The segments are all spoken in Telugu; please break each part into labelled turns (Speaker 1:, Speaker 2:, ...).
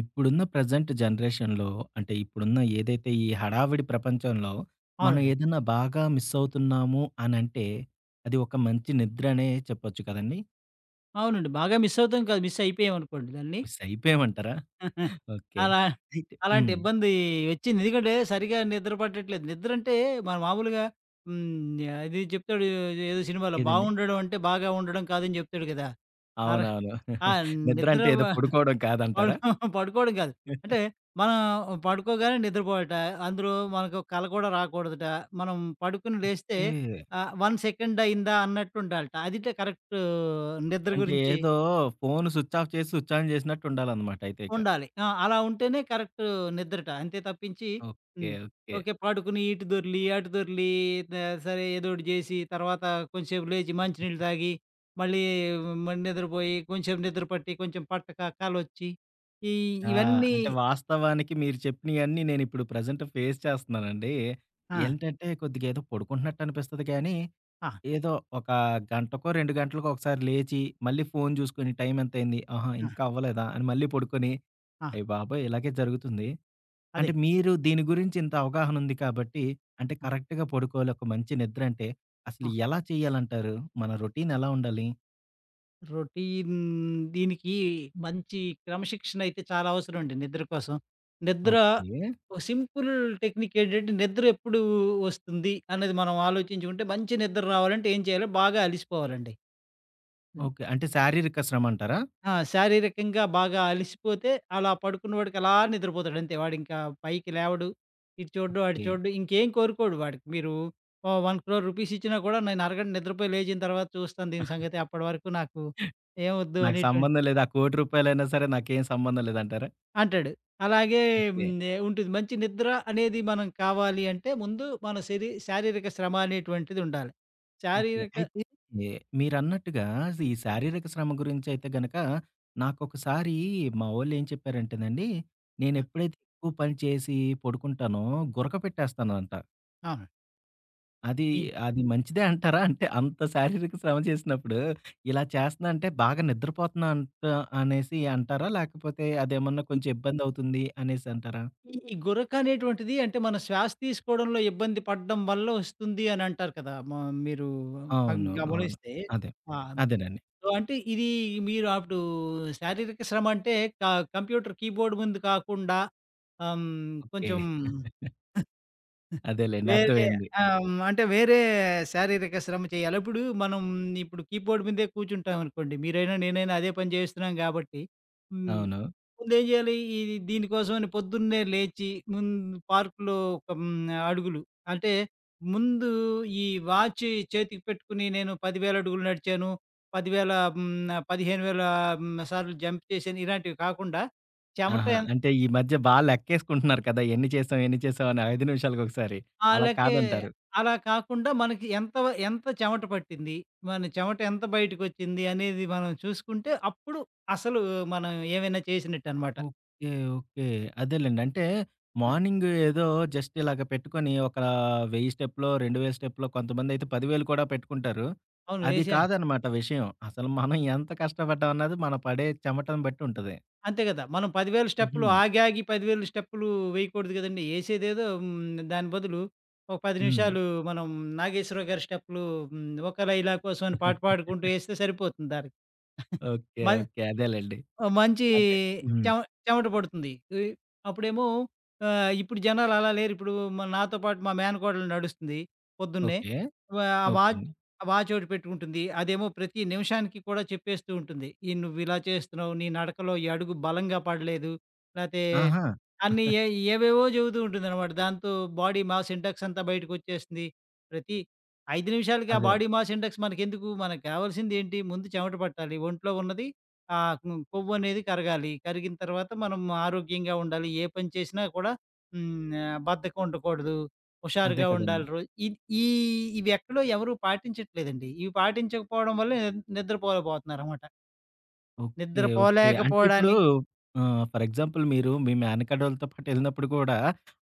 Speaker 1: ఇప్పుడున్న ప్రెజెంట్ జనరేషన్‌లో అంటే ఇప్పుడున్న ఏదైతే ఈ హడావిడి ప్రపంచంలో మనం
Speaker 2: అవునండి.
Speaker 1: ఏదైనా బాగా మిస్ అవుతున్నాము అనంటే, అది ఒక మంచి నిద్రనే చెప్పొచ్చు కదండీ!
Speaker 2: అవునండి. బాగా మిస్ అవుతాం కాదు. మిస్ అయిపోయామనుకోండి దాన్ని.
Speaker 1: మిస్ అయిపోయామంటారా? ఓకే.
Speaker 2: అలా
Speaker 1: అయితే
Speaker 2: అలాంటి
Speaker 1: హ్మ్.
Speaker 2: ఇబ్బంది వచ్చింది. ఎందుకంటే సరిగ్గా నిద్ర పట్టట్లేదు. నిద్ర అంటే మన మామూలుగా అది చెప్తాడు ఏదో సినిమాలో
Speaker 1: ఏదండి?
Speaker 2: బావుండడం అంటే బాగా ఉండడం కాదని చెప్తాడు కదా! ఆర
Speaker 1: అవునవును.
Speaker 2: ఆ!
Speaker 1: నిద్ర
Speaker 2: నిద్ర
Speaker 1: అంటే ఏదో పడుకోవడం
Speaker 2: పడు
Speaker 1: కాదంటారా?
Speaker 2: పడుకోవడం కాదు. అంటే మనం పడుకోగానే నిద్రపోవట. అందులో మనకు కల కూడా రాకూడదట. మనం పడుకొని లేస్తే
Speaker 1: ఓకే.
Speaker 2: 1 సెకండ్ అయిందా అన్నట్టుండాలట. అదిట కరెక్ట్ నిద్ర
Speaker 1: అంటే
Speaker 2: గురించి
Speaker 1: ఏదో ఫోను స్విచ్ ఆఫ్ చేసి స్విచ్ ఆన్ చేసినట్టు ఉండాలన్నమాట అయితే ఇక.
Speaker 2: ఉండాలి. ఆ! అలా ఉంటేనే కరెక్ట్ నిద్రట. అంతే తప్పించి
Speaker 1: ఓకే.
Speaker 2: హ్మ్.
Speaker 1: ఓకే.
Speaker 2: ఓకే. పడుకుని ఇటు దొర్లి, అటు దొర్లి ద సరే ఏదోకటి జేసి తర్వాత కొంచెంసేపు లేచి మంచినీళ్ళు తాగి, మళ్ళీ నిద్రపోయి, కొంచెం నిద్ర పట్టి, కొంచెం పట్టక కాలొచ్చి, ఈ
Speaker 1: ఆ!
Speaker 2: ఇవన్నీ
Speaker 1: అంటే వాస్తవానికి మీరు చెప్పినయన్నీ నేనిప్పుడు ప్రెజెంట్ ఫేస్ చేస్తున్నానండి.
Speaker 2: ఆ!
Speaker 1: ఏంటంటే కొద్దిగా ఏదో పడుకుంటున్నట్టు అనిపిస్తది కానీ,
Speaker 2: ఆ!
Speaker 1: ఏదో ఒక గంటకో, 2 గంటలకో ఒకసారి లేచి మళ్ళీ ఫోను జూసుకొని టైం ఎంతయింది? ఆహా!
Speaker 2: ఆ!
Speaker 1: ఇంకా అవ్వలేదా? అని మళ్ళీ పడుకొని,
Speaker 2: ఆ!
Speaker 1: అయ్య బాబోయ్! ఇలాగే జరుగుతుంది.
Speaker 2: అదే.
Speaker 1: అంటే మీరు దీని గురించి ఇంత అవగాహన ఉంది కాబట్టి, అంటే
Speaker 2: ఆ!
Speaker 1: కరెక్ట్‌గా పడుకోవాలి, ఒక మంచి నిద్ర అంటే
Speaker 2: ఆ!
Speaker 1: అసలు ఎలా చేయాలంటారు? మన రొటీన్ ఎలా ఉండాలి?
Speaker 2: రొటీన్ దీనికి మంచి క్రమశిక్షణ అయితే చాలా అవసరం అండి నిద్ర కోసం. నిద్ర
Speaker 1: ఓకే.
Speaker 2: ఒక సింపుల్ టెక్నిక్ ఏంటంటే నిద్ర ఎప్పుడు వస్తుంది అనేది మనం ఆలోచించుకుంటే మంచి నిద్ర రావాలంటే ఏం చేయాలో బాగా అలిసిపోవాలండి.
Speaker 1: ఓకే. అంటే శారీరక శ్రమ అంటారా?
Speaker 2: ఆ! శారీరకంగా బాగా అలిసిపోతే అలా పడుకున్నవాడికి అలా నిద్రపోతాడు అంతే. వాడింకా పైకి లేవడు, ఇటు చూడ్డు, అటు
Speaker 1: ఓకే.
Speaker 2: చూడ్డు ఇంకేం కోరుకోడు వాడికి. మీరు ఓ 1,00,00,000,000 రూపీస్ ఇచ్చినా కూడా నేను అరగంట నిద్రపోయి లేచిన తర్వాత చూస్తాను దీని సంగతి. అప్పటి వరకు నాకు ఏం వద్దు
Speaker 1: నాకు
Speaker 2: అనేటువంటి
Speaker 1: సంబంధం లేదు. ఆ రూ. 1,00,00,000 అయినా సరే నాకేం సంబంధం లేదంటారా?
Speaker 2: అంటాడు. అలాగే
Speaker 1: ఓకే.
Speaker 2: హ్మ్. ఉంటుంది. మంచి నిద్ర అనేది మనం కావాలి అంటే ముందు మన శారీరక శ్రమ అనేటువంటిది ఉండాలి.
Speaker 1: ఓకే.
Speaker 2: శారీరక
Speaker 1: అయితే ఎ మీరన్నట్టుగా ఈ శారీరక శ్రమ గురించైతే గనక నాకొకసారి మా వోళ్ళేం చెప్పారంటేనండి,
Speaker 2: ఆ!
Speaker 1: నేనెప్పుడైతే ఎక్కువ పని చేసి పడుకుంటానో గురక పెట్టేస్తానంట.
Speaker 2: అవును.
Speaker 1: అది
Speaker 2: ఈ
Speaker 1: అది మంచిదే అంటారా? అంటే అంత శారీరక శ్రమ చేసినప్పుడు ఇలా చేస్తున్నా అంటే బాగా నిద్రపోతున్నా అంట అనేసి అంటారా? లేకపోతే అదేమన్నా
Speaker 2: ఈ
Speaker 1: కొంచెం ఇబ్బందవుతుంది అనేసి అంటారా?
Speaker 2: ఈ ఈ గురక అనేటువంటిది అంటే మన శ్వాస తీసుకోవడంలో ఇబ్బంది పడడం వల్ల వస్తుంది అని అంటారు కదా! మీరు
Speaker 1: అవును. అవును.
Speaker 2: గమనిస్తే.
Speaker 1: అదే.
Speaker 2: ఆ!
Speaker 1: అదేనండి.
Speaker 2: సో, అంటే ఇది మీరు అప్పుడు శారీరక శ్రమ అంటే క కంప్యూటర్ కీబోర్డ్ ముందు కాకుండా ఆహ్, హ్మ్,
Speaker 1: ఓకే.
Speaker 2: కొంచెం
Speaker 1: అదేలెండి.
Speaker 2: వేరే
Speaker 1: అర్థమైంది.
Speaker 2: అంటే వేరే శారీరక శ్రమ చేయాలి. ఇప్పుడు కీబోర్డ్ మీదే కూర్చుంటాం అనుకోండి. మీరైనా, నేనైనా అదే పని చేస్తున్నాం కాబట్టి. హ్మ్.
Speaker 1: అవును.
Speaker 2: ముందేం చేయాలి? ఇది దీనికోసమని పొద్దున్నే లేచి ముందు పార్క్‌లో ఒక అడుగులు అంటే ముందు ఈ వాచ్ చేతికి పెట్టుకొని నేను 10,000 అడుగులు నడిచాను. 10,000 15,000 సార్లు జంప్ చేశాను. ఇలాంటివి కాకుండా చెమట
Speaker 1: ఆహా! అంటే ఈ మధ్య బా లెక్కేసుకుంటున్నారు కదా! ఎన్ని చేసాం, ఎన్ని చేసాం అని 5 నిమిషాలకొకసారి. అలా
Speaker 2: ఆళ్ళకే
Speaker 1: కాదంటారు.
Speaker 2: అలా కాకుండా మనకి ఎంత చెమట పట్టింది, మన చెమట ఎంత బయటకొచ్చింది అనేది మనం చూసుకుంటే, అప్పుడు అసలు మనం ఏమైనా చేసినట్టనమాట.
Speaker 1: ఓకే. ఓకే. అదేలెండి. అంటే
Speaker 2: ఆ!
Speaker 1: మార్నింగ్ ఏదో జస్ట్ ఇలాగ పెట్టుకొని ఒక 1000 స్టెప్‌లో, 2000 స్టెప్‌లో కొంతమందైతే 10,000 కూడా పెట్టుకుంటారు.
Speaker 2: అవును.
Speaker 1: అది కాదనమాట విషయం. అసలు మనం ఎంత కష్టపడ్డాం అన్నది మనం పడే చెమటను బట్టి ఉంటది.
Speaker 2: అంతే కదా! మనం 10,000
Speaker 1: హుహు.
Speaker 2: స్టెప్పులు ఆగాగి 10,000 స్టెప్పులు వేయకూడదు గదండీ! ఏసేదేదో దాని బదులు ఒక 10
Speaker 1: హ్మ్.
Speaker 2: నిమిషాలు మనం 'నాగేశ్వరరావు' గారి స్టెప్పులు 'ఒక లైలా కోసం' అని పాట పాడుకుంటూ ఏస్తే సరిపోతుంది దానికి.
Speaker 1: ఓకే.
Speaker 2: మ
Speaker 1: ఓకే. అదేలెండి.
Speaker 2: ఓ మంచి
Speaker 1: అంటే హ్మ్.
Speaker 2: చెమ చెమట పడుతుంది. ఈ అప్పుడేమో ఇప్పుడు జనాలు అలా లేరు. ఇప్పుడు నాతో పాటు మా మేనకోడలు నడుస్తుంది పొద్దున్నే.
Speaker 1: ఓకే.
Speaker 2: వ ఆ
Speaker 1: ఓకే
Speaker 2: వాచ్
Speaker 1: అండి.
Speaker 2: ఆ వాచ్ ఒకటి పెట్టుకుంటుంది. అదేమో ప్రతి నిమిషానికి కూడా చెప్పేస్తూ ఉంటుంది. "ఈ నువ్విలా చేస్తున్నావు. నీ నడకలో ఈ అడుగు బలంగా పడలేదు." లేతే
Speaker 1: ఆహా!
Speaker 2: అన్నీ ఏవేవో చెబుతూ ఉంటుందనమాట. దాంతో బాడీ మాస్ ఇండెక్స్ అంతా బయటకొచ్చేస్తుంది. ప్రతి 5 నిమిషాలకి ఆ
Speaker 1: అదే.
Speaker 2: బాడీ మాస్ ఇండెక్స్ మనకెందుకు? మనకు కావాల్సిందేంటి? ముందు చెమట పట్టాలి. ఒంట్లో ఉన్నది ఆ కొవ్వు అనేది కరగాలి, కరిగిన తర్వాత మనం ఆరోగ్యంగా ఉండాలి ఏ పని చేసినా కూడా. బద్ధకం ఉండకూడదు,
Speaker 1: అదే
Speaker 2: హుషారుగా
Speaker 1: కదండీ.
Speaker 2: ఉండాలి. రో ఈ ఈ ఇవి ఎక్కడో ఎవరు పాటించట్లేదండి, ఇవి పాటించకపోవడం వల్ల నిద్రపోలేకపోతున్నారు అనమాట
Speaker 1: ఓకే. ఓకే. అంటే ఇప్పుడు
Speaker 2: నిద్రపోలేకపోవడానికి.
Speaker 1: ఆహ్, ఫర్ ఎగ్జాంపుల్ మీరు మీ మేనకోడళ్ళతో పాటు ఎళ్ళినప్పుడు కూడా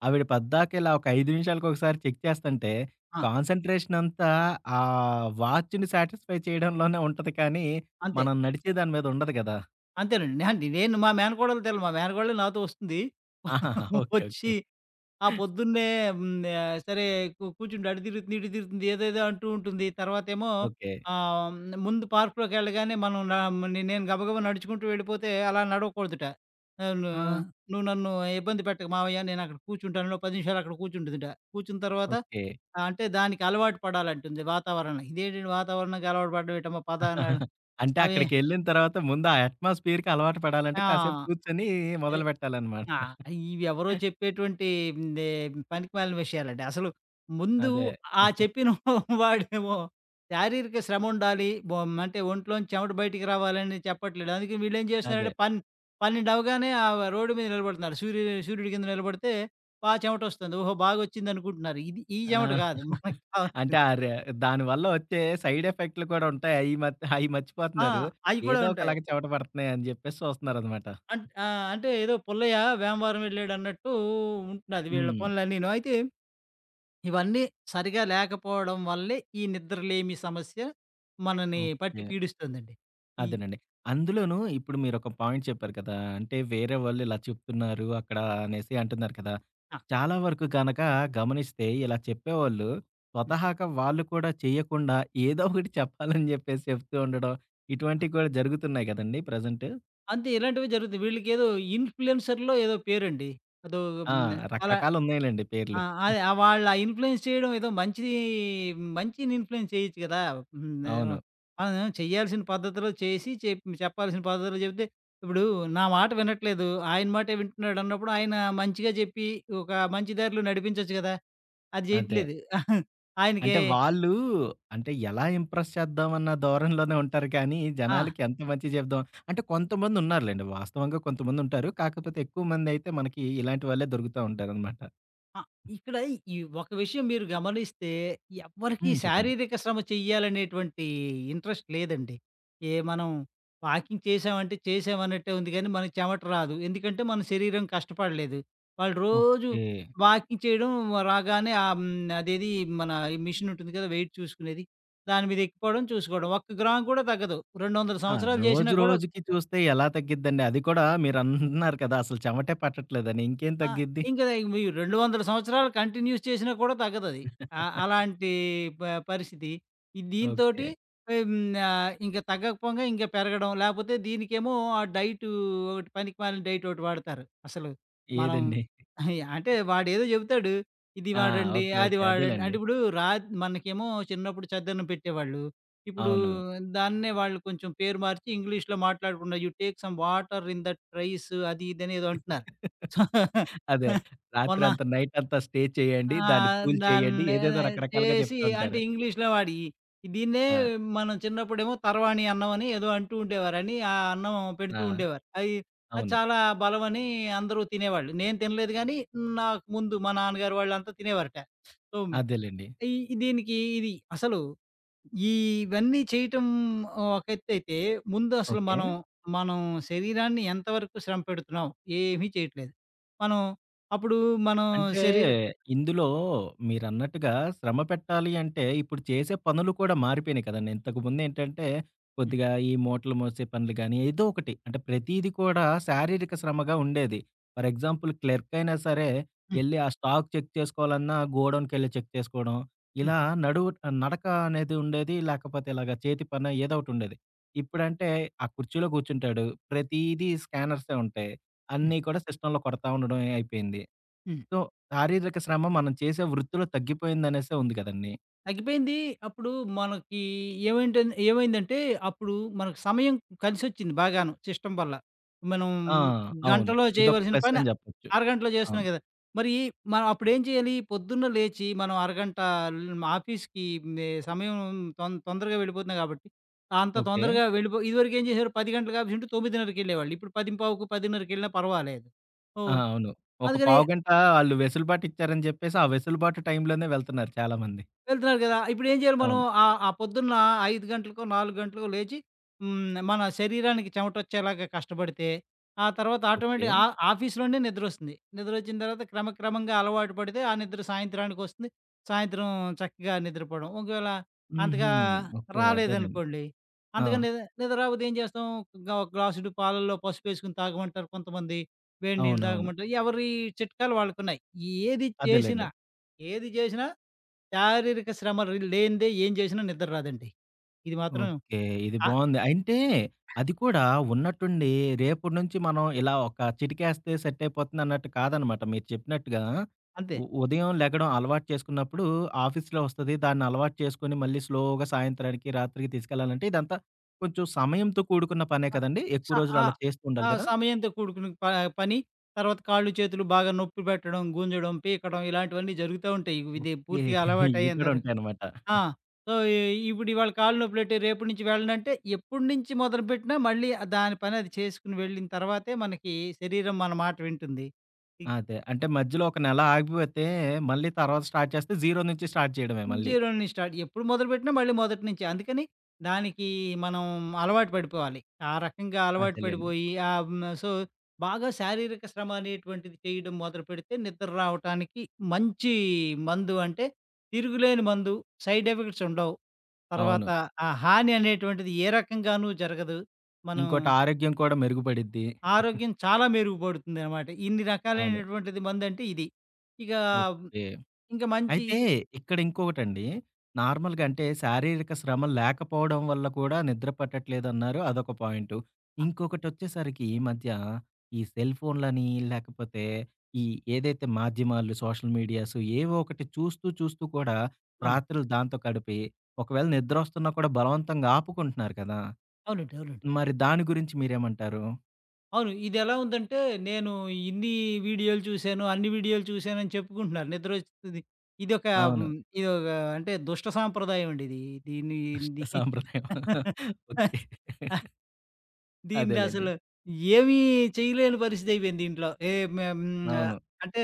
Speaker 1: ఆవిడ పద్దాక ఇలా ఒక 5 నిమిషాలకొకసారి చెక్ చేస్తంటే,
Speaker 2: ఆ,
Speaker 1: కాన్సంట్రేషన్ అంతా ఆ వాచ్‌ని సాటిస్ఫై చేయడంలోనే ఉంటది కానీ,
Speaker 2: అంతే
Speaker 1: మనం నడిచే దాని మీద ఉండదు కదా!
Speaker 2: అంతేనండి. నేను మా మేనకోడలు మా మేనకోడలు నాతో వస్తుంది
Speaker 1: ఆహాహా! ఓకే. ఓకే.
Speaker 2: వచ్చి ఆ! పొద్దున్నే. హ్మ్. సరే కూర్చుంటే అటు తిరుగుతుంది, ఇటు తిరుగుతుంది ఏదేదో అంటూ ఉంటుంది. తర్వాతేమో
Speaker 1: ఓకే.
Speaker 2: ఆహ్, ముందు పార్క్‌లోకెళ్ళగానే మనం నేను గబగబా నడుచుకుంటూ వెళ్ళిపోతే అలా నడవకూడదుట. ఆహ్, ను
Speaker 1: ఆ!
Speaker 2: "నువ్వు నన్ను ఇబ్బంది పెట్టకు మావయ్య నేనక్కడ కూర్చుంటాను." ఓ 10 నిమిషాలు అక్కడ కూర్చుంటుందిట. కూర్చున్న తర్వాత
Speaker 1: ఓకే.
Speaker 2: అంటే దానికి అలవాటు పడాలంటుంది వాతావరణం. ఇదేంటండి వాతావరణంకి అలవాటు పడడం ఏంటమ్మా పద అన్నాడు.
Speaker 1: అంటే
Speaker 2: అవి
Speaker 1: అక్కడికెళ్ళిన తర్వాత ముందు ఆ అట్మాస్ఫియర్‌కి అలవాటు పడాలంటే
Speaker 2: ఆ!
Speaker 1: కాసేపు కూర్చొని
Speaker 2: సరే.
Speaker 1: మొదలుపెట్టాలనమాట.
Speaker 2: ఆ! ఇవి ఎవరో చెప్పేటువంటి నే పనికిమాలిన విషయాలండి. అసలు ముందు
Speaker 1: అదే.
Speaker 2: ఆ చెప్పిన వాడేమో శారీరక శ్రమ ఉండాలి, అంటే ఒంట్లోంచి చెమట బయటికి రావాలని చెప్పట్లేడు. అందుకే వీళ్ళేం
Speaker 1: అదే.
Speaker 2: చేస్తున్నారంటే, 12 అవ్వగానే ఆ రోడ్డు మీద నిలబడుతున్నారు. సూర్యుడి కింద నిలబడితే చెమటొస్తుంది. ఓహో! బాగొచ్చిందనుకుంటున్నారు. ఇది ఈ చెమట
Speaker 1: ఆ!
Speaker 2: కాదు మనకు
Speaker 1: అంటే
Speaker 2: కావాల్సింది.
Speaker 1: ఆ రే దానివల్ల వచ్చే సైడ్ ఎఫెక్ట్‌లు కూడా ఉంటాయి. అయి మత్ అయి
Speaker 2: ఆ!
Speaker 1: మర్చిపోతున్నారు.
Speaker 2: అయి కూడా
Speaker 1: ఏదో
Speaker 2: ఉంటాయి.
Speaker 1: ఒకలాగా చెమట పడుతున్నాయి అని చెప్పేసి చూస్తున్నారనమాట.
Speaker 2: ఆ! అంటే ఏదో పుల్లయ్య వేమవరం వెళ్ళాడన్నట్టు ఉంటున్నది వీళ్ళ
Speaker 1: హ్మ్.
Speaker 2: పనులన్నీను. అయితే ఇవన్నీ సరిగా లేకపోవడం వల్లే ఈ నిద్రలేమి సమస్య మనని పట్టి
Speaker 1: ఓకే.
Speaker 2: పీడిస్తుందండి. ఈ
Speaker 1: అదేనండి. అందులోనూ ఇప్పుడు మీరొక పాయింట్ చెప్పారు కదా! అంటే వేరే వాళ్ళు ఇలా చెప్తున్నారు అక్కడ అనేసి అంటున్నారు కదా!
Speaker 2: ఆ!
Speaker 1: చాలా వరకు గనక గమనిస్తే ఇలా చెప్పేవాళ్ళు
Speaker 2: హ్మ్.
Speaker 1: స్వతహాగా వాళ్ళు కూడా చేయకుండా ఏదో ఒకటి చెప్పాలని చెప్పేసి చెప్తూ ఉండడం
Speaker 2: ఆ!
Speaker 1: ఇటువంటివి కూడా జరుగుతున్నాయి కదండీ! ప్రెజెంట్.
Speaker 2: అంతే, ఇలాంటివి జరుగుతాయి. వీళ్ళకేదో ఇన్‌ఫ్లుయెన్సర్‌లో ఏదో పేరండి. అదో
Speaker 1: ఆ!
Speaker 2: హ్మ్. అలా
Speaker 1: రకరకాలున్నాయిలెండి
Speaker 2: ఆ!
Speaker 1: పేర్లు.
Speaker 2: అదే, ఆ వాళ్ళ ఇన్‌ఫ్లుయెన్స్ చేయడం. ఏదో మంచిది, మంచిని ఇన్‌ఫ్లుయెన్స్ చేయొచ్చు కదా! హ్మ్.
Speaker 1: అవును.
Speaker 2: మనం చేయాల్సిన పద్ధతిలో చేసి చెప్పాల్సిన పద్ధతిలో చెప్తే ఇప్పుడు నా మాట వినట్లేదు, ఆయన మాటే వింటున్నాడన్నప్పుడు ఆయన మంచిగా చెప్పి ఒక మంచి దారిలో నడిపించొచ్చు కదా! అది
Speaker 1: అదే.
Speaker 2: జేయట్లేదు. ఆయనకి
Speaker 1: అంటే వాళ్ళు అంటే ఎలా ఇంప్రెస్ చేద్దామన్న ధోరణిలోనే ఉంటారు కానీ,
Speaker 2: ఆ!
Speaker 1: జనాలకి ఎంత మంచి చెప్దాం అంటే కొంతమందున్నారులెండి. వాస్తవంగా కొంతమందుంటారు. కాకపోతే ఎక్కువ మందయితే మనకి ఇలాంటి వాళ్ళే దొరుకుతా ఉంటారనమాట.
Speaker 2: ఆ! ఇక్కడ ఈ ఒక విషయం మీరు గమనిస్తే ఎవ్వరికీ
Speaker 1: హ్మ్. చెప్పండి.
Speaker 2: శారీరక శ్రమ చెయ్యాలనేటువంటి ఇంట్రెస్ట్ లేదండి. మనం వాకింగ్ చేశామంటే చేశామన్నట్టే ఉంది గానీ, మనకి చెమట రాదు. ఎందుకంటే, మన శరీరం కష్టపడలేదు. వాళ్ళు రోజు
Speaker 1: ఓకే.
Speaker 2: వాకింగ్ చేయడం రాగానే, ఆహ్, హ్మ్, అదేది మన ఈ మిషన్ ఉంటుంది కదా, వెయిట్ చూసుకునేది. దాని మీద ఎక్కిపోవడం, చూసుకోవడం. ఒక్క గ్రాము కూడా తగ్గదు, 200
Speaker 1: ఆ!
Speaker 2: సంవత్సరాలు జేసినా
Speaker 1: రోజు
Speaker 2: కూడా.
Speaker 1: రోజుకి చూస్తే ఎలా తగ్గిద్దండి? అది కూడా మీరన్నారు కదా! అసలు చెమటే పట్టట్లేదని. ఇంకేం
Speaker 2: ఆ!
Speaker 1: తగ్గిద్ది?
Speaker 2: ఇంకా ఇవి 200 సంవత్సరాలు కంటిన్యూస్ చేసినా కూడా తగ్గదది. ఆ! అలాంటి ప పరిస్థితి.
Speaker 1: ఓకే.
Speaker 2: దీనితోటి. హ్మ్. ఇంక తగ్గకపోగా ఇంక పెరగడం, లేపోతే దీనికేమో ఆ డైటు ఒకటి పనికి మాలిన డైట్ ఒకటి వాడతారు. అసలు మనం
Speaker 1: ఏదండి?
Speaker 2: అంటే వాడేదో చెబుతాడు ఇది
Speaker 1: ఆ!
Speaker 2: వాడండి,
Speaker 1: ఓకే.
Speaker 2: అది
Speaker 1: ఓకే.
Speaker 2: వాడండి.
Speaker 1: అదేలెండి.
Speaker 2: అంటే ఇప్పుడు మనకేమో చిన్నప్పుడు చద్దన్నం పెట్టేవాళ్ళు. ఇప్పుడు
Speaker 1: అవును.
Speaker 2: దాన్నే వాళ్ళు కొంచెం పేరు మార్చి ఇంగ్లీష్‌లో మాట్లాడకుండా "you take some water in that rice" అది ఇది అని ఏదో అంటున్నారు.
Speaker 1: అదే.
Speaker 2: మొన్న
Speaker 1: రాత్రంతా నైట్ అంతా స్టే చేయండి. దాన్ని కూల్ చేయండి.
Speaker 2: దాన్ని
Speaker 1: ఏదేదో రకరకాలుగా
Speaker 2: చేసి
Speaker 1: చెప్తా
Speaker 2: అంటే
Speaker 1: ఉంటారు.
Speaker 2: ఇంగ్లీష్‌లో వాడి దీన్నే
Speaker 1: ఆ!
Speaker 2: మనం చిన్నప్పుడేమో తరవాణి అన్నం అని ఏదో అంటూ ఉండేవారని, ఆ అన్నం
Speaker 1: ఆ!
Speaker 2: పెడుతూ ఉండేవారు. అది
Speaker 1: అవును.
Speaker 2: చాలా బలమని అందరూ తినేవాళ్ళు. నేను తినలేదు గానీ నాకు ముందు మా నాన్నగారు వాళ్ళంతా తినేవారట. సో,
Speaker 1: అదేలెండి.
Speaker 2: ఈ దీనికి ఇది అసలు ఈ ఇవన్నీ చేయటం ఒక ఎత్తైతే, ముందు అసలు
Speaker 1: ఓకే.
Speaker 2: మనం, మనం శరీరాన్ని ఎంతవరకు శ్రమ పెడుతున్నాం? ఏమీ చేయట్లేదు. మనం అప్పుడు మనం
Speaker 1: అంటే
Speaker 2: శరీర
Speaker 1: ఇందులో మీరన్నట్టుగా శ్రమ పెట్టాలి అంటే, ఇప్పుడు చేసే పనులు కూడా మారిపోయినాయి కదండీ. ఇంతకుముందేంటంటే,
Speaker 2: హ్మ్.
Speaker 1: కొద్దిగా ఈ మూటలు మోసే పనులు గాని, ఏదో ఒకటి అంటే ప్రతీది కూడా శారీరక శ్రమగా ఉండేది. ఫర్ ఎగ్జాంపుల్ క్లర్క్ అయినా సరే,
Speaker 2: హ్మ్.
Speaker 1: ఎళ్లి ఆ స్టాక్ చెక్ చేసుకోవాలన్నా గోడౌన్‌కెళ్లి చెక్ చేసుకోవడం.
Speaker 2: హ్మ్.
Speaker 1: ఇలా నడువు నడక అనేది ఉండేది. లేకపోతే ఇలాగ చేతి పని ఏదో ఒకటి ఉండేది. ఇప్పుడంటే ఆ కుర్చీలో కూర్చుంటాడు. ప్రతీదీ స్కానర్సే ఉంటాయి.
Speaker 2: హ్మ్.
Speaker 1: అన్నీ కూడా సిస్టమ్‌లో కొడతా ఉండడమే అయిపోయింది.
Speaker 2: హ్మ్.
Speaker 1: సో, శారీరక శ్రమ మనం చేసే వృత్తిలో తగ్గిపోయిందనేసే ఉంది కదండీ!
Speaker 2: తగ్గిపోయింది. అప్పుడు మనకి ఏమైందంటే, అప్పుడు మనకు సమయం కలిసొచ్చింది బాగాను సిస్టమ్ వల్ల. మనం
Speaker 1: ఆ! అవును.
Speaker 2: గంటలో
Speaker 1: ఇదొక
Speaker 2: చేయవలసిన
Speaker 1: ప్లస్
Speaker 2: పని
Speaker 1: అని చెప్పొచ్చు.
Speaker 2: అరగంటలో చేస్తున్నాం
Speaker 1: అవును.
Speaker 2: గదా! మరి మనం అప్పుడేం చేయాలి? పొద్దున్న లేచి మనం అరగంట ఆఫీస్‌కి సమయం తొందరగా వెళ్ళిపోతుంది గాబట్టి, అంత
Speaker 1: ఓకే.
Speaker 2: తొందరగా ఇదివరకు ఏం చేసేవారు 10 గంటలకు ఆఫీస్ ఉంటే 9:30కెళ్ళేవాళ్ళు. ఇప్పుడు 10:15కు, 10:30కెళ్ళినా పర్వాలేదు.
Speaker 1: ఆ!
Speaker 2: ఓహ్!
Speaker 1: అవును. ఒక
Speaker 2: అందుకని
Speaker 1: పావుగంట ఆళ్ళు వెసులుబాటు ఇచ్చారని చెప్పేసి, ఆ వెసులుబాటు టైంలోనే వెళ్తున్నారు చాలామంది.
Speaker 2: వెళ్తున్నారు గదా! ఇప్పుడేం చేయాలి మనం?
Speaker 1: అవును.
Speaker 2: ఆ పొద్దున్న 5 గంటలకో, 4 గంటలకో లేచి మన శరీరానికి చెమటొచ్చేలాగా కష్టపడితే, ఆ తర్వాత
Speaker 1: ఓకే.
Speaker 2: ఆటోమేటిక్ ఆ ఆఫీస్‌లోనే నిద్రొస్తుంది. నిద్రొచ్చిన తర్వాత క్రమక్రమంగా అలవాటు పడితే, ఆ నిద్ర సాయంత్రానికొస్తుంది. సాయంత్రం చక్కగా నిద్రపోవడం. ఒకవేళ
Speaker 1: హుహు.
Speaker 2: అంతగా
Speaker 1: ఓకే. అదేనండి.
Speaker 2: రాలేదనుకోండి,
Speaker 1: ఆ!
Speaker 2: అంతగా నిద్ర రాకపోతే ఏం చేస్తాం? ఒక గ్లాసుడు పాలల్లో పసుపేసుకొని తాగమంటారు కొంతమంది. వేడి నీళ్ళు
Speaker 1: అవునవును.
Speaker 2: తాగమంటారు. ఎవరి చిట్కాలు వాళ్ళకున్నాయి. ఏది
Speaker 1: అదేలెండి.
Speaker 2: చేసినా, ఏది చేసినా శారీరక శ్రమ లేనిదే ఏం చేసినా నిద్ర రాదండి. ఇది మాత్రం.
Speaker 1: ఓకే. ఇది
Speaker 2: ఆహ్,
Speaker 1: బావుంది. అంటే అది కూడా ఉన్నట్టుండి రేపటి నుంచి మనం ఇలా ఒక చిటికేస్తే సెట్ అయిపోతుంది అన్నట్టు కాదనమాట. మీరు చెప్పినట్టుగా
Speaker 2: అంతే.
Speaker 1: ఉ ఉదయం లెగడం అలవాటు చేసుకున్నప్పుడు ఆఫీస్‌లో వస్తది. దాన్ని అలవాటు చేసుకొని మళ్ళీ స్లోగా సాయంత్రానికి, రాత్రికి తీసుకెళ్ళాలంటే ఇదంతా కొంచెం సమయంతో కూడుకున్న పనే
Speaker 2: ఆహ్,
Speaker 1: కదండీ!
Speaker 2: స
Speaker 1: ఎక్కువ రోజులు అలా
Speaker 2: ఆహ్,
Speaker 1: చేస్తూ ఉండాలి
Speaker 2: ఆ!
Speaker 1: కదా!
Speaker 2: సమయంతో కూడుకున్న పని. తర్వాత కాళ్ళు, చేతులు బాగా నొప్పి పెట్టడం, గుంజడం, పీకడం ఇలాంటివన్నీ జరుగుతా ఉంటాయి. ఇది
Speaker 1: ఓకే.
Speaker 2: పూర్తిగా
Speaker 1: ఇవి
Speaker 2: అలవాటయ్యేంత
Speaker 1: కూడా
Speaker 2: వరకు.
Speaker 1: ఉంటాయన్నమాట.
Speaker 2: ఆ! సో, ఇప్పుడు ఇవాళ కాళ్ళు నొప్పులెట్టాయి రేపటి నుంచి వెళ్ళనంటే, ఎప్పటినుంచి మొదలుపెట్టినా మళ్ళీ ఆ దాని పని అది చేసుకొని వెళ్ళిన తర్వాతే మనకి శరీరం మన మాట వింటుంది.
Speaker 1: అదే. అంటే మధ్యలో ఒక నెల ఆగిపోతే మళ్ళీ తర్వాత స్టార్ట్ చేస్తే జీరో నుంచి స్టార్ట్ చేయడమే మళ్ళీ.
Speaker 2: జీరో నుంచి స్టార్ట్. ఎప్పుడు మొదలుపెట్టినా మళ్ళీ మొదటి నుంచే. అందుకని దానికి మనం అలవాటు పడిపోవాలి. ఆ రకంగా అలవాటు
Speaker 1: అదేలెండి.
Speaker 2: పడిపోయి ఆహ్, హ్మ్. సో, బాగా శారీరక శ్రమ అనేటువంటిది చేయడం మొదలుపెడితే నిద్ర రావటానికి మంచి మందు, అంటే తిరుగులేని మందు. సైడ్ ఎఫెక్ట్స్ ఉండవు.
Speaker 1: అవును.
Speaker 2: తర్వాత ఆ హాని అనేటువంటిది ఏ రకంగానూ జరగదు. మనం
Speaker 1: ఇంకోటి ఆరోగ్యం కూడా మెరుగుపడిద్ది.
Speaker 2: ఆరోగ్యం చాలా మెరుగుపడుతుందనమాట. ఇన్ని
Speaker 1: అవును.
Speaker 2: రకాలైనటువంటిది మందంటే ఇది. ఇక
Speaker 1: ఓకే.
Speaker 2: ఇంక మంచి
Speaker 1: అయితే
Speaker 2: ఇది.
Speaker 1: ఇక్కడ ఇంకొకటండి. నార్మల్‌గా అంటే శారీరక శ్రమ లేకపోవడం వల్ల కూడా నిద్ర పట్టట్లేదన్నారు. అదొక పాయింటు.
Speaker 2: ఆ!
Speaker 1: ఇంకొకటొచ్చేసరికి ఈ మధ్య ఈ సెల్ ఫోన్‌లని లేకపోతే ఈ ఏదైతే మాధ్యమాలు సోషల్ మీడియాస్ ఏవో ఒకటి చూస్తూ చూస్తూ కూడా
Speaker 2: అవునండి.
Speaker 1: రాత్రులు దాంతో గడిపి ఒకవేళ నిద్రొస్తున్నా కూడా బలవంతంగా ఆపుకుంటున్నారు కదా!
Speaker 2: అవునండి. అవునండి.
Speaker 1: మరి దాని గురించి మీరేమంటారు?
Speaker 2: అవును. ఇదెలా ఉందంటే, నేను ఇన్ని వీడియోలు చూశాను, అన్ని వీడియోలు చూశానని చెప్పుకుంటున్నారు. నిద్రొచ్చేస్తది. ఇదొక
Speaker 1: అవును.
Speaker 2: హ్మ్, ఇదొక అంటే దుష్ట సాంప్రదాయం అండి ఇది. దీన్ని
Speaker 1: దుష్ట
Speaker 2: ది
Speaker 1: సాంప్రదాయం. ఓకే.
Speaker 2: దీన్ని
Speaker 1: అదేలెండి.
Speaker 2: అసలు ఏమీ చేయలేని పరిస్థితి అయిపోయింది దీంట్లో. ఆహ్,
Speaker 1: అవును.
Speaker 2: అంటే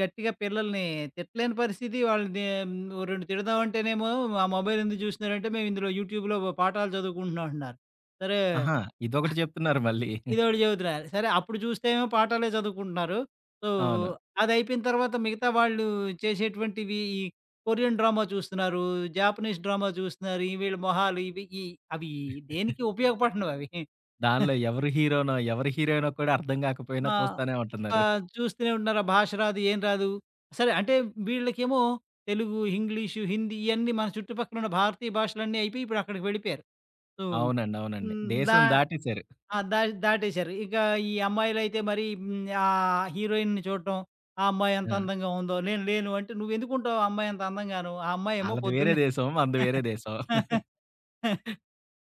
Speaker 2: గట్టిగా పిల్లల్ని తిట్టలేని పరిస్థితి. వాళ్ళని ఓ 2 తిడదామంటేనేమో, "ఆ మొబైల్ ఎందుకు చూస్తున్నారంటే, మేము ఇందులో యూట్యూబ్‌లో పాఠాలు చదువుకుంటున్నాం" అంటున్నారు. సరే.
Speaker 1: అహా! ఇదొకటి చెప్తున్నారు మళ్ళీ.
Speaker 2: ఇదోకటి చెబుతున్నారు. సరే, అప్పుడు చూస్తే ఏమో పాఠాలే చదువుకుంటున్నారు. సో,
Speaker 1: అవును.
Speaker 2: అదయిపోయిన తర్వాత మిగతా వాళ్ళు చేసేటువంటివి ఈ కొరియన్ డ్రామా చూస్తున్నారు, జాపనీస్ డ్రామా చూస్తున్నారు. ఈ వీళ్ళ మొహాలు ఇవి ఈ అవి దేనికి ఉపయోగపడనవవి.
Speaker 1: దానిలో ఎవరు హీరోనో, ఎవరు హీరోయినో కూడా అర్థం కాకపోయినా
Speaker 2: ఆ!
Speaker 1: చూస్తానే ఉంటున్నారు.
Speaker 2: చూస్తూనే ఉంటున్నారు. ఆ భాష రాదు, ఏం రాదు. సరే అంటే వీళ్ళకేమో తెలుగు, ఇంగ్లీషు, హిందీ ఇయన్నీ మన చుట్టుపక్కల ఉన్న భారతీయ భాషలన్నీ అయిపోయి ఇప్పుడు అక్కడికి వెళ్ళిపోయారు. సో,
Speaker 1: అవునండి. అవునండి.
Speaker 2: హ్మ్. దా
Speaker 1: దేశం దాటేసారు.
Speaker 2: ఆ! దాటేశారు. ఇక ఈ అమ్మాయిలైతే మరి ఆ హీరోయిన్‌ని చూడటం, ఆ అమ్మాయి ఎంత
Speaker 1: ఆ!
Speaker 2: అందంగా ఉందో, నేను లేను అంటే, "నువ్వెందుకుంటావు ఆ అమ్మాయి అంత అందంగాను?" ఆ అమ్మాయేమో
Speaker 1: ఆళ్ళది వేరే
Speaker 2: పొద్దున్నే
Speaker 1: దేశం. మనది వేరే దేశం.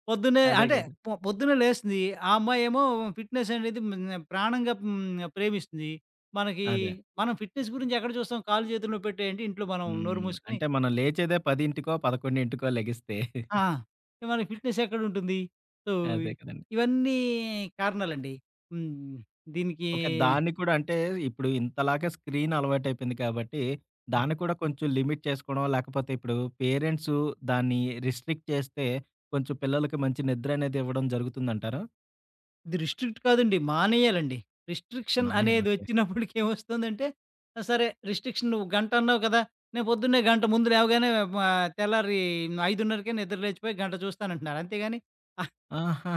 Speaker 2: పొద్దున్నే
Speaker 1: అదే
Speaker 2: అంటే
Speaker 1: కదా!
Speaker 2: పొద్దున్నే లేస్తుంది. ఆ అమ్మాయేమో ఫిట్‌నెస్ అనేది ప్రాణంగా ప్రేమిస్తుంది. మనకి
Speaker 1: అదే.
Speaker 2: మనం ఫిట్‌నెస్ గురించి ఎక్కడ చూస్తాం? కాళ్ళు చేతుల్లో పెట్టేయంటే ఇంట్లో మనం నోరు
Speaker 1: హ్మ్.
Speaker 2: మూసుకొని.
Speaker 1: అంటే మనం లేచేదే 10:00కో, 11:00కో లెగిస్తే.
Speaker 2: ఆ! మనకి ఫిట్‌నెస్ ఎక్కడుంటుంది? సో,
Speaker 1: అదే కదండీ.
Speaker 2: ఇవన్నీ కారణాలండి. హ్మ్. దీనికి
Speaker 1: ఓకే. దాన్ని కూడా అంటే ఇప్పుడు ఇంతలాగా స్క్రీన్ అలవాటైపోయింది కాబట్టి, దాన్ని కూడా కొంచెం లిమిట్ చేసుకోవడం, లేకపోతే ఇప్పుడు పేరెంట్స్ దాన్ని రిస్ట్రిక్ట్ చేస్తే, కొంచెం పిల్లలకి మంచి నిద్ర అనేది ఇవ్వడం జరుగుతుందంటారా?
Speaker 2: ఇది రిస్ట్రిక్ట్ కాదండి, మానేయాలండి. రిస్ట్రిక్షన్
Speaker 1: బానే
Speaker 2: అనేది
Speaker 1: ఓకే.
Speaker 2: వచ్చినప్పటికి ఏమొస్తుందంటే, ఆ! సరే రిస్ట్రిక్షన్ నువ్వు గంట అన్నావు కదా, నేను పొద్దున్నే గంట ముందు లేవగానే మా తెల్లారి 5:30కే నిద్ర లేచిపోయి గంట చూస్తానంటున్నారు. అంతేగాని
Speaker 1: ఆహా!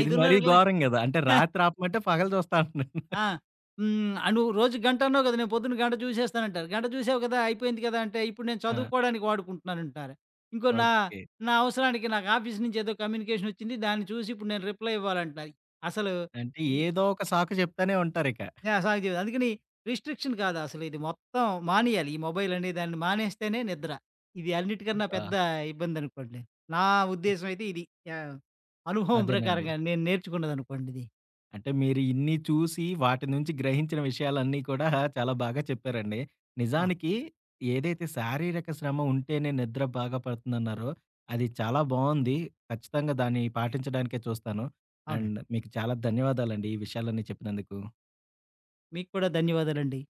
Speaker 1: ఇది మరీ
Speaker 2: లే
Speaker 1: ఘోరం గదా! అంటే రాత్రి ఆపమంటే పగలు చూస్తా అంటున్నాడు.
Speaker 2: ఆ! నువ్వు రోజు గంట అన్నావు కదా, నేను పొద్దున్న గంట చూసేస్తానంటారు. గంట చూసావు కదా, అయిపోయింది కదా, అంటే ఇప్పుడు నేను
Speaker 1: ఆ!
Speaker 2: చదువుకోవడానికి వాడుకుంటున్నానంటారు. ఇంకో నా
Speaker 1: ఓకే.
Speaker 2: నా అవసరానికి నాకు ఆఫీస్ నుంచి ఏదో కమ్యూనికేషన్ వచ్చింది, దాన్ని చూసి ఇప్పుడు నేను రిప్లై ఇవ్వాలంటారు. అసలు.
Speaker 1: అంటే ఏదో ఒక సాకు చెప్తానే ఉంటారిక.
Speaker 2: యాహ్! సాగు జీవితం. అందుకని రిస్ట్రిక్షన్ కాదు, అసలు ఇది మొత్తం మానేయాలి. ఈ మొబైల్ అనే దాన్ని మానేస్తేనే నిద్ర. ఇది అన్నిటికన్నా
Speaker 1: ఆ!
Speaker 2: పెద్ద ఇబ్బందనుకోండి. నా ఉద్దేశ్యం అయితే ఇది. యాహ్! అనుభవం
Speaker 1: అదేనండి.
Speaker 2: ప్రకారంగా నేను నేర్చుకున్నదనుకోండి ఇది.
Speaker 1: అంటే మీరు ఇన్ని చూసి వాటి నుంచి గ్రహించిన విషయాలన్నీ కూడా చాలా బాగా చెప్పారండి.
Speaker 2: ఆ!
Speaker 1: నిజానికి ఏదైతే శారీరక శ్రమ ఉంటేనే నిద్ర బాగా పడుతుందన్నారో అది చాలా బావుంది. ఖచ్చితంగా దాన్ని పాటించడానికే చూస్తాను.
Speaker 2: అవునండి.
Speaker 1: అండ్ మీకు చాలా ధన్యవాదాలండి ఈ విషయాలన్నీ చెప్పినందుకు.
Speaker 2: మీకు కూడా ధన్యవాదాలండి.